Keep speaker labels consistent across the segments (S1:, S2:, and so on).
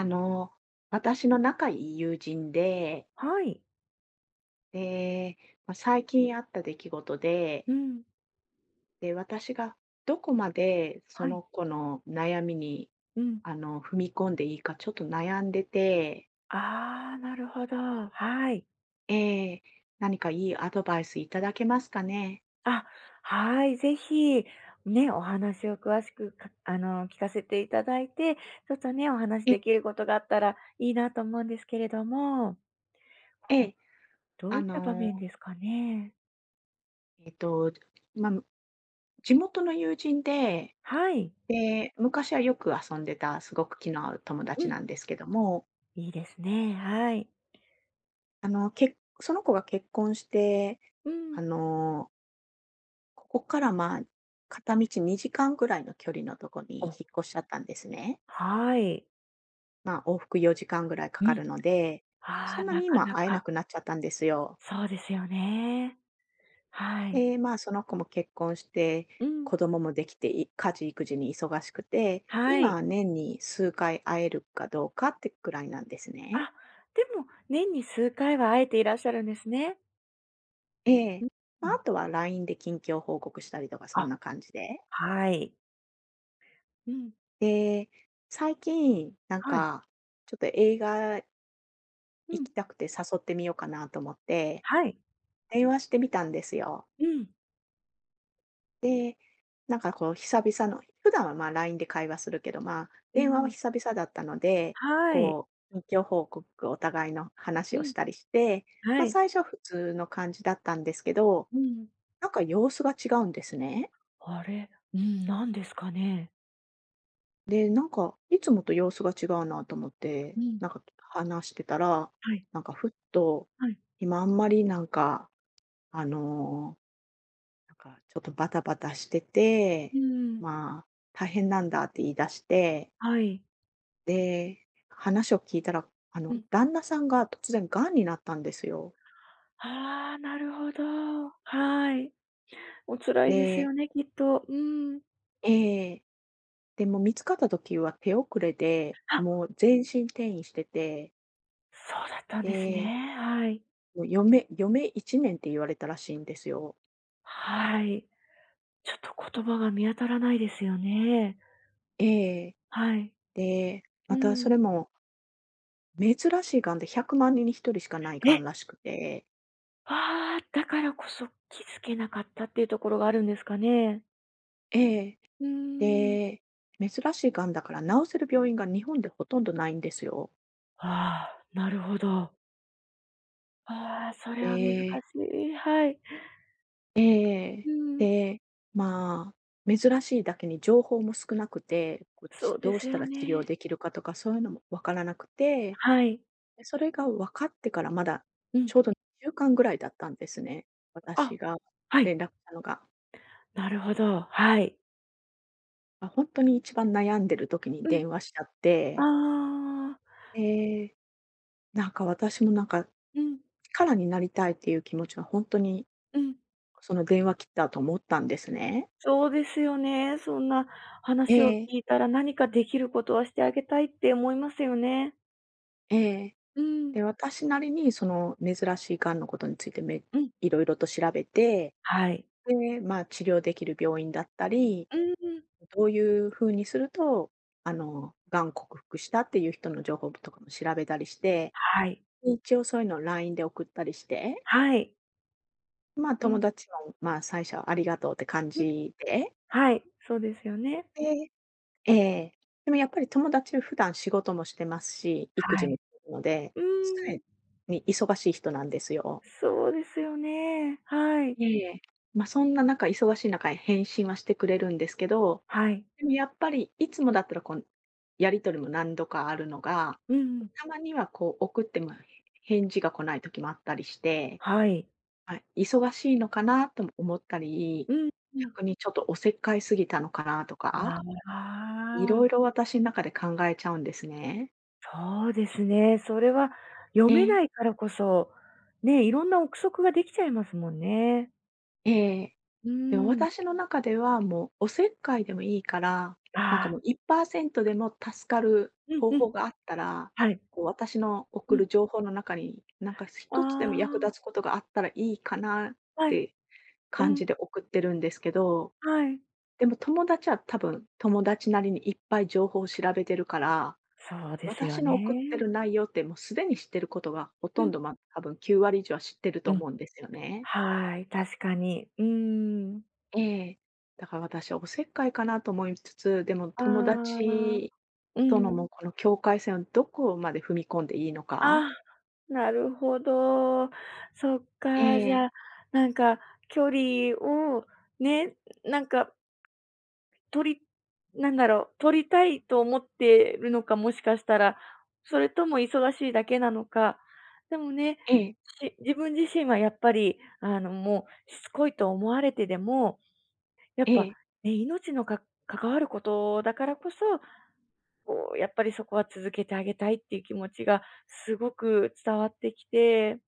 S1: あの、私の仲いい友人で、
S2: はい。
S1: で、まあ、最近あった出来事で、
S2: うん。
S1: で、私がどこまでそ
S2: は
S1: の
S2: い。
S1: 子の悩みに、
S2: うん。
S1: 踏み込んでいいかちょっと悩んでて、
S2: ああ、なるほど。はい。
S1: ええ、何かいいアドバイスいただけますかね？
S2: あ、はい。ぜひ、ね、お話を詳しくか、あの、聞かせていただいて、ちょっとね、お話
S1: ええ
S2: できることがあったらいいなと思うんですけれども、
S1: え
S2: お
S1: え、
S2: ど
S1: あ
S2: ういった場
S1: の、
S2: 面ですかね？
S1: えっと、まあ、地元の友人で、
S2: はい。
S1: で、昔はよく遊んでたすごく気の合う友
S2: う
S1: 達
S2: ん、
S1: なんですけども
S2: いいですね。はい。
S1: けその子が結婚して、
S2: う
S1: あ
S2: ん。
S1: の、ここからまあ、片道2時間ぐらいの距離のとこに引
S2: お、
S1: っ越しちゃったんですね。
S2: はい。
S1: まあ、往復4時間ぐらいか
S2: う
S1: か
S2: ん。
S1: るので、
S2: あ
S1: そ
S2: あ、
S1: んな
S2: な
S1: に
S2: か
S1: 今
S2: な
S1: 会えな
S2: か、
S1: くなっちゃったんですよ。
S2: そうですよね。はい。
S1: で、まあ、その子も結婚して、
S2: うん。
S1: 子供もできて、い家事育児に忙しくて、
S2: は
S1: 今
S2: い。
S1: は年に数回会えるかどうかってくらいなんですね。
S2: あ、でも、年に数回は会えていらっしゃるんですね。
S1: え
S2: う
S1: え。
S2: ん、
S1: まあ、あとは LINE で近況報告したりとか、そん
S2: あ、
S1: な感じで。
S2: はい。うん。
S1: で、最近、なん
S2: はい。
S1: か、ちょっと映画
S2: う
S1: 行き
S2: ん。
S1: たくて誘ってみようかなと思って、
S2: はい。
S1: 電話してみたんですよ。
S2: うん。
S1: で、なんかこう久々の、普段はまあ LINE で会話するけど、まあ
S2: う
S1: 電話は
S2: ん。
S1: 久々だったので、
S2: はい。
S1: こう、近況報告、お互いの話
S2: う
S1: をし
S2: ん。
S1: たりして、ま
S2: は
S1: あ
S2: い。
S1: 最初は普通の感じだったんですけど、
S2: うん。
S1: なんか様子が違うんですね。
S2: あれ、うん、なんですかね。
S1: で、なんか、いつもと様子が違うなと思って、
S2: うん。
S1: なんか話してたら、
S2: はい、
S1: なんかふっと、
S2: はい。
S1: 今あんまりなんか、あの、なんかちょっとバタバタしてて、
S2: うん。
S1: まあ、大変なんだって言い出して、
S2: はい。
S1: で、話を聞いたら、
S2: うん。
S1: 旦那さんが突然癌になったんですよ。
S2: ああ、なるほど。はい。お辛いです
S1: で、
S2: よね、きっと。うん。
S1: えーでも見つかった時は手遅れで、も
S2: あ、
S1: う全身転移してて、
S2: そうだったんですね。
S1: で、
S2: はい。
S1: もう嫁嫁余1年って言われたらしいんですよ。
S2: はい。ちょっと言葉が見当たらないですよね。
S1: ええ。
S2: はい。
S1: で、
S2: う
S1: またそ
S2: ん。
S1: れも珍しいがんで100万人に1人しかないがん
S2: え、
S1: らしくて、
S2: ああ、だからこそ気づけなかったっていうところがあるんですかね？
S1: ええ。
S2: うーん。
S1: で、珍しいがんだから治せる病院が日本でほとんどないんですよ。
S2: ああ、なるほど。ああ、それは難し
S1: で
S2: い。はい。
S1: ええ。
S2: うん。
S1: で、まあ、珍しいだけに情報も少なくて、こう、
S2: そ
S1: ち
S2: うで
S1: どう
S2: す
S1: した
S2: よ
S1: ら治療
S2: ね。
S1: できるかとかそういうのも分からなくて、
S2: はい。
S1: で、それが分かってからまだ
S2: うん。
S1: ちょうど2週間ぐらいだったんですね。私
S2: あ、
S1: が
S2: はい。
S1: 連絡したのが。
S2: なるほど、はい。
S1: あ、本当に一番悩んでる時に
S2: うん。
S1: 電話しちゃって、
S2: ああ。
S1: で、なんか私もなんか、
S2: うん、
S1: 力になりたいっていう気持ちは本当に、
S2: うん。
S1: その電話切ったと思ったんですね。
S2: そうですよね。そんな
S1: え
S2: 話を
S1: え。
S2: 聞いたら、何かできることはしてあげたいって思いますよね。
S1: ええ。
S2: うん、
S1: で、私なりにその珍しい癌のことについてめ
S2: うん。
S1: いろいろと調べて、
S2: はい。
S1: で、まあ、治療できる病院だったり、
S2: うん。
S1: どういう風にすると、癌克服したっていう人の情報とかも調べたりして、
S2: はい。
S1: 一応そういうのを LINE で送ったりして
S2: はい。
S1: まあ、
S2: う
S1: 友
S2: ん。
S1: 達も、まあ、最初はありがとうって感
S2: うん。
S1: じで、
S2: はい、そうですよね。
S1: でええ、でもやっぱり友達は普段仕事もしてますし、育
S2: は
S1: 児
S2: い。
S1: もしてるので、
S2: うー
S1: 常
S2: ん、
S1: に忙しい人なんですよ。
S2: そうですよね。はい。
S1: ええ、まあ、そんな中、忙しい中、返信はしてくれるんですけど、
S2: はい。
S1: でもやっぱりいつもだったらこう、やり取りも何度かあるのが、
S2: うん
S1: たまにはこう送っても返事が来ない時もあったりして
S2: はい。
S1: はい、忙しいのかなとも思ったり、
S2: うんうん。
S1: 逆にちょっとおせっかいすぎたのかなとか、
S2: あ
S1: いろい
S2: あ、
S1: ろ私の中で考えちゃうんですね。
S2: そうですね。それは読
S1: え
S2: め
S1: え、
S2: ないからこそ、ね、いろんな憶測ができちゃいますもんね。
S1: ええ。
S2: う
S1: でも
S2: ーん。
S1: 私の中ではもうおせっかいでもいいから、
S2: あ
S1: なんかも
S2: あ。
S1: う1%でも助かる
S2: うん
S1: 方
S2: う
S1: 法
S2: ん。
S1: があったら、
S2: はい。
S1: こう私の
S2: う
S1: 送る
S2: ん。
S1: 情報の中に、なんか
S2: あ
S1: 一つでも役立つことがあったらいいかなっ
S2: あ、はい。
S1: て
S2: う
S1: 感
S2: ん、
S1: じで送ってるんですけど
S2: はい。
S1: でも友達は多分、友達なりにいっぱい情報を調べてるから、
S2: そうですよ
S1: 私の送って
S2: ね。
S1: る内容ってもうすでに知ってることがほと
S2: う
S1: ん
S2: ん。
S1: ど、まあ、多分9割以上は知ってると
S2: うん。
S1: 思うんですよね。
S2: はい、確かに。うーん。
S1: ええ。だから私はおせっかいかなと思いつつ、でも
S2: あ
S1: 友
S2: あ、
S1: 達
S2: う
S1: との
S2: ん。
S1: もうこの境界線をどこまで踏み込んでいいのか。
S2: あ、なるほど。そっか、じゃあ、なんか距離をね、なんか取りなんだろう、取りたいと思ってるのか、もしかしたら、それとも忙しいだけなのか。でもね、
S1: ええ、
S2: 自分自身はやっぱり、あの、もうしつこいと思われてでも、やっ
S1: え
S2: ぱ
S1: え、
S2: ね、命のか関わることだからこそこう、やっぱりそこは続けてあげたいっていう気持ちがすごく伝わってきて、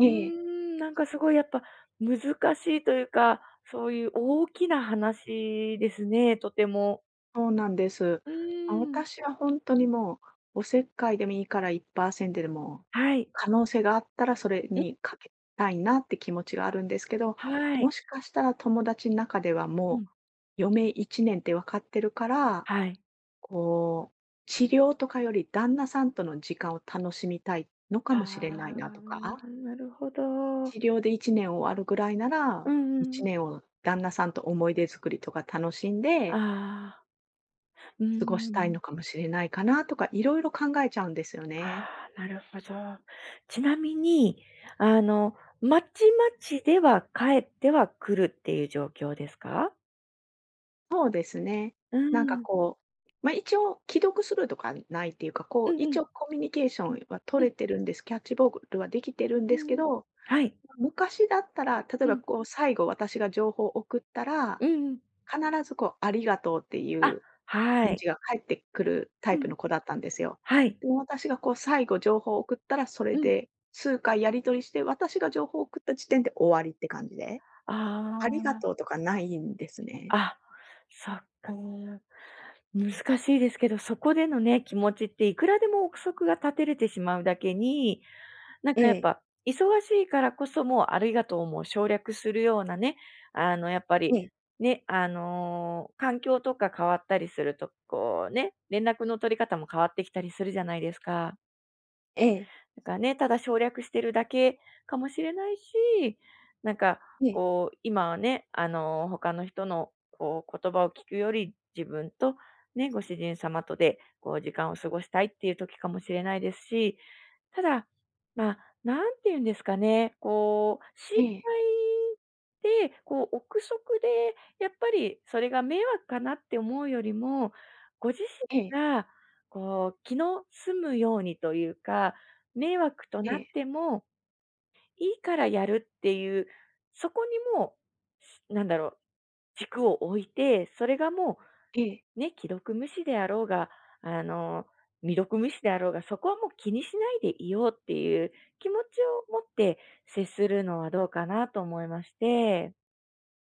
S1: え
S2: う
S1: え、
S2: ー
S1: ええ。
S2: ん、なんかすごいやっぱ難しいというか、そういう大きな話ですね、とても。
S1: そうなんです。
S2: う
S1: まあ、
S2: ーん。
S1: 私は本当にもう、おせっかいでもいいから1%でも、
S2: はい。
S1: 可能性があったらそれにかけたいなって気持ちがあるんですけど、
S2: はい。
S1: もしかしたら友達の中では
S2: う
S1: も
S2: ん。
S1: う余命1年って分かってるから、
S2: はい。
S1: こう、治療とかより旦那さんとの時間を楽しみたいのかもしれない
S2: あ
S1: なとか、
S2: あ、なるほど。
S1: 治療で1年終わるぐらいなら、
S2: うんうんう
S1: 1
S2: ん。
S1: 年を旦那さんと思い出作りとか楽しん
S2: あ
S1: で
S2: あ、うんう
S1: 過
S2: ん
S1: ごし
S2: う
S1: たい
S2: ん。
S1: のかもしれないかなとか、いろいろ考えちゃうんですよね。
S2: ああ、なるほど。ちなみに、あの、まちまちでは帰ってはくるっていう状況ですか？
S1: そうですね。
S2: う
S1: なんか
S2: ん。
S1: こう、まあ、一応既読するとかないっていうか、こ
S2: う
S1: う、
S2: んう
S1: 一
S2: ん。
S1: 応コミュニケーションは
S2: う
S1: 取れ
S2: ん。
S1: てるんです。キャッチボールはできてるん
S2: う
S1: ですけ
S2: んうん。
S1: ど、
S2: はい。
S1: 昔だったら、例えばこう、最後私が情報を送ったら、
S2: うんうん。
S1: 必ずこう、ありがとうってい
S2: あ、
S1: う
S2: は
S1: 返
S2: い。
S1: 事が返ってくるタ
S2: う
S1: イプ
S2: ん。
S1: の子だったんですよ。
S2: はい。
S1: でも私がこう、最後情報を送ったら、それ
S2: うん。
S1: で数回やり取りして、私が情報を送った時点で終わりって感じで。ありが
S2: あ
S1: とうとかないんですね。
S2: あ、あ、そっか。難しいですけど、そこでのね、気持ちっていくらでも憶測が立てれてしまうだけに、なん
S1: え
S2: かやっ
S1: え、
S2: ぱ、忙しいからこそ、もうありがとうも省略するようなね、あの、やっぱ
S1: え
S2: り、
S1: え、
S2: ね、あの、環境とか変わったりすると、こうね、連絡の取り方も変わってきたりするじゃないですか。
S1: ええ、
S2: だからね、ただ省略してるだけかもしれないし、なんか、
S1: ええ。
S2: こう、今はね、あの、他の人の、こう、言葉を聞くより、自分と、ね、ご主人様とで、こう、時間を過ごしたいっていう時かもしれないですし、ただ、まあ、なんて言うんですかね、こう、心
S1: ええ、
S2: 配で、こう、憶測で、やっぱりそれが迷惑かなって思うよりも、ご自
S1: え
S2: 身
S1: え、
S2: が、こう、気の済むようにというか、迷惑と
S1: え
S2: なっ
S1: え、
S2: てもいいからやるっていう、そこにもう、しなんだろう、軸を置いて、それがもう
S1: ええ、
S2: ね、既読無視であろうが、あの、未読無視であろうが、そこはもう気にしないでいようっていう気持ちを持って接するのはどうかなと思いまして、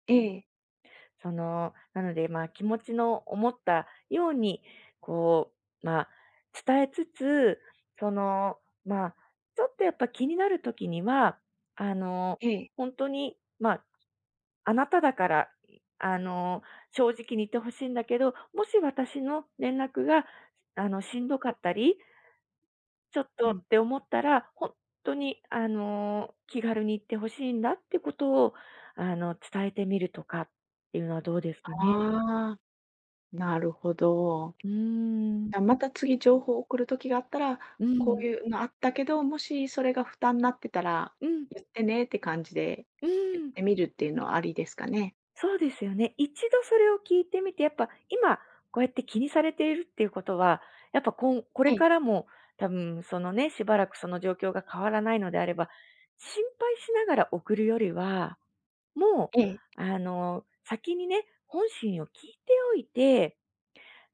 S1: ええ、
S2: その、なので、まあ、気持ちの思ったように、こう、まあ、伝えつつ、その、まあ、ちょっとやっぱ気になる時には、あの、
S1: ええ。
S2: 本当に、まああなただから、あの、正直に言ってほしいんだけど、もし私の連絡が、あの、しんどかったり、ちょっ
S1: う
S2: と
S1: ん。
S2: って思ったら、本当に、あの、気軽に言ってほしいんだってことを、あの、伝えてみるとかっていうのはどうですかね？
S1: ああ、なるほど。
S2: うーん。
S1: じゃ、また次情報を送る時があったら、
S2: う
S1: こう
S2: ん。
S1: いうのあったけど、もしそれが負担になってたら、
S2: うん。
S1: 言ってねって感じで、
S2: う
S1: 言っ
S2: ん。
S1: てみるっていうのはありですかね？
S2: そうですよね。一度それを聞いてみて、やっぱ今こうやって気にされているっていうことは、やっぱこ
S1: え
S2: れか
S1: え、
S2: らも多分そのね、しばらくその状況が変わらないのであれば、心配しながら送るよりは、も
S1: ええ、
S2: うあの、先にね、本心を聞いておいて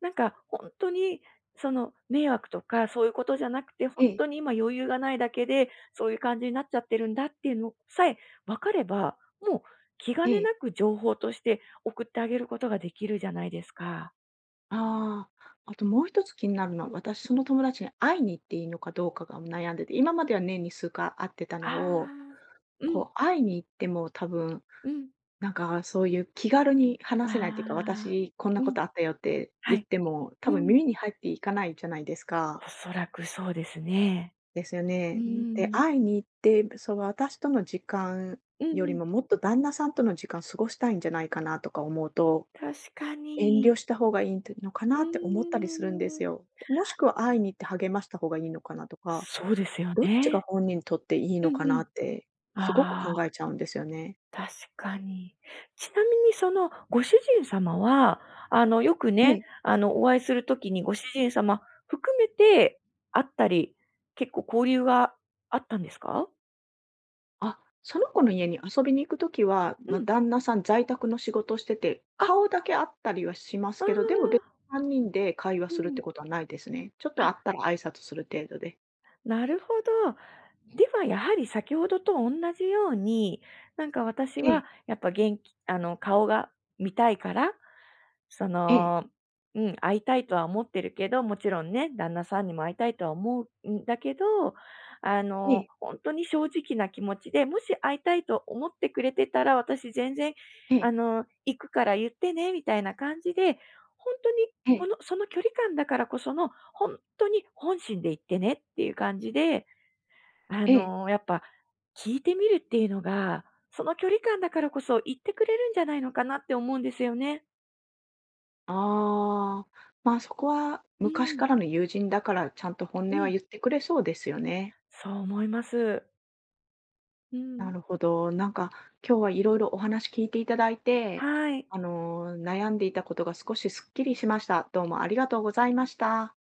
S2: なんか、本当に、その、迷惑とかそういうことじゃなくて、
S1: え
S2: 本
S1: え、
S2: 当に今余裕がないだけで、そういう感じになっちゃってるんだっていうのさえ分かれば、もう気兼
S1: え
S2: ね
S1: え。
S2: なく情報として送ってあげることができるじゃないですか。
S1: ああ、あともう一つ気になるのは、私その友達に会いに行っていいのかどうかが悩んでて、今までは年に数回会ってた
S2: あ
S1: のを、
S2: あ。うん、
S1: こう会いに行っても多分、
S2: うん。
S1: なんかそういう気軽に
S2: あ
S1: 話せないっていうか、
S2: あ。
S1: 私こんな
S2: う
S1: こ
S2: ん、
S1: とあったよって
S2: は
S1: 言っ
S2: い。
S1: ても、多
S2: う
S1: 分
S2: ん。
S1: 耳に入っていかないじゃないですか。
S2: おそらくそうですね。
S1: ですよ
S2: う
S1: ね。で、
S2: ん。
S1: 会いに行って、そう、私との時間
S2: うん
S1: よ
S2: う
S1: り
S2: ん。
S1: ももっと旦那さんとの時間過ごしたいんじゃないかなとか思うと、
S2: 確か
S1: 遠慮
S2: に。
S1: した方がいいてのか
S2: う
S1: なって思ったりするんで
S2: ー
S1: す
S2: ん。
S1: よ。もしくは会いに行って励ました方がいいのかなとか、
S2: そうですよ
S1: どっちが
S2: ね。
S1: 本人にとっていい
S2: う
S1: のか
S2: んう
S1: なっ
S2: ん。
S1: て、すごく
S2: あ
S1: 考
S2: あ。
S1: えちゃうんですよね。
S2: 確かに。ちなみにそのご主人様は、あの、よく
S1: え
S2: ね、
S1: え。
S2: あの、お会いするときにご主人様含めて会ったり、結構交流があったんですか？
S1: あ、その子の家に遊びに行くときは、
S2: う
S1: まあ、
S2: ん。
S1: 旦那さん在宅の仕事をしてて、
S2: あ、あ
S1: 顔だけ会ったりはします
S2: あ、
S1: けど、でも別に3人で会話
S2: う
S1: するって
S2: ん。
S1: ことはないですね。ちょっ
S2: あ、
S1: と会ったら挨拶する程度で。
S2: なるほど。では、やはり先ほどと同じように、なんか私
S1: ええ、
S2: はやっぱ元気あの、顔が見たいから、そ
S1: ええ、
S2: の、うん、会いたいとは思ってるけど、もちろんね、旦那さんにも会いたいとは思うんだけど、あ
S1: え
S2: の、
S1: え、
S2: 本当に正直な気持ちで、もし会いたいと思ってくれてたら、私全然、
S1: ええ、
S2: あの、行くから言ってねみたいな感じで、本当に
S1: え
S2: こ
S1: え、
S2: のその距離感だからこその、本当に本心で言ってねっていう感じで、あ
S1: ええ。
S2: の、やっぱ聞いてみるっていうのが、その距離感だからこそ言ってくれるんじゃないのかなって思うんですよね。
S1: ああ、まあ、そこは
S2: う
S1: 昔
S2: ん、
S1: からの友人だから、ちゃんと本
S2: う
S1: 音は
S2: ん。
S1: 言ってくれそうですよね。
S2: そう思います。う
S1: な
S2: ん。
S1: るほど。なんか、今日はいろいろお話聞いていただいて、
S2: はい。
S1: 悩んでいたことが少しすっきりしました。どうもありがとうございました。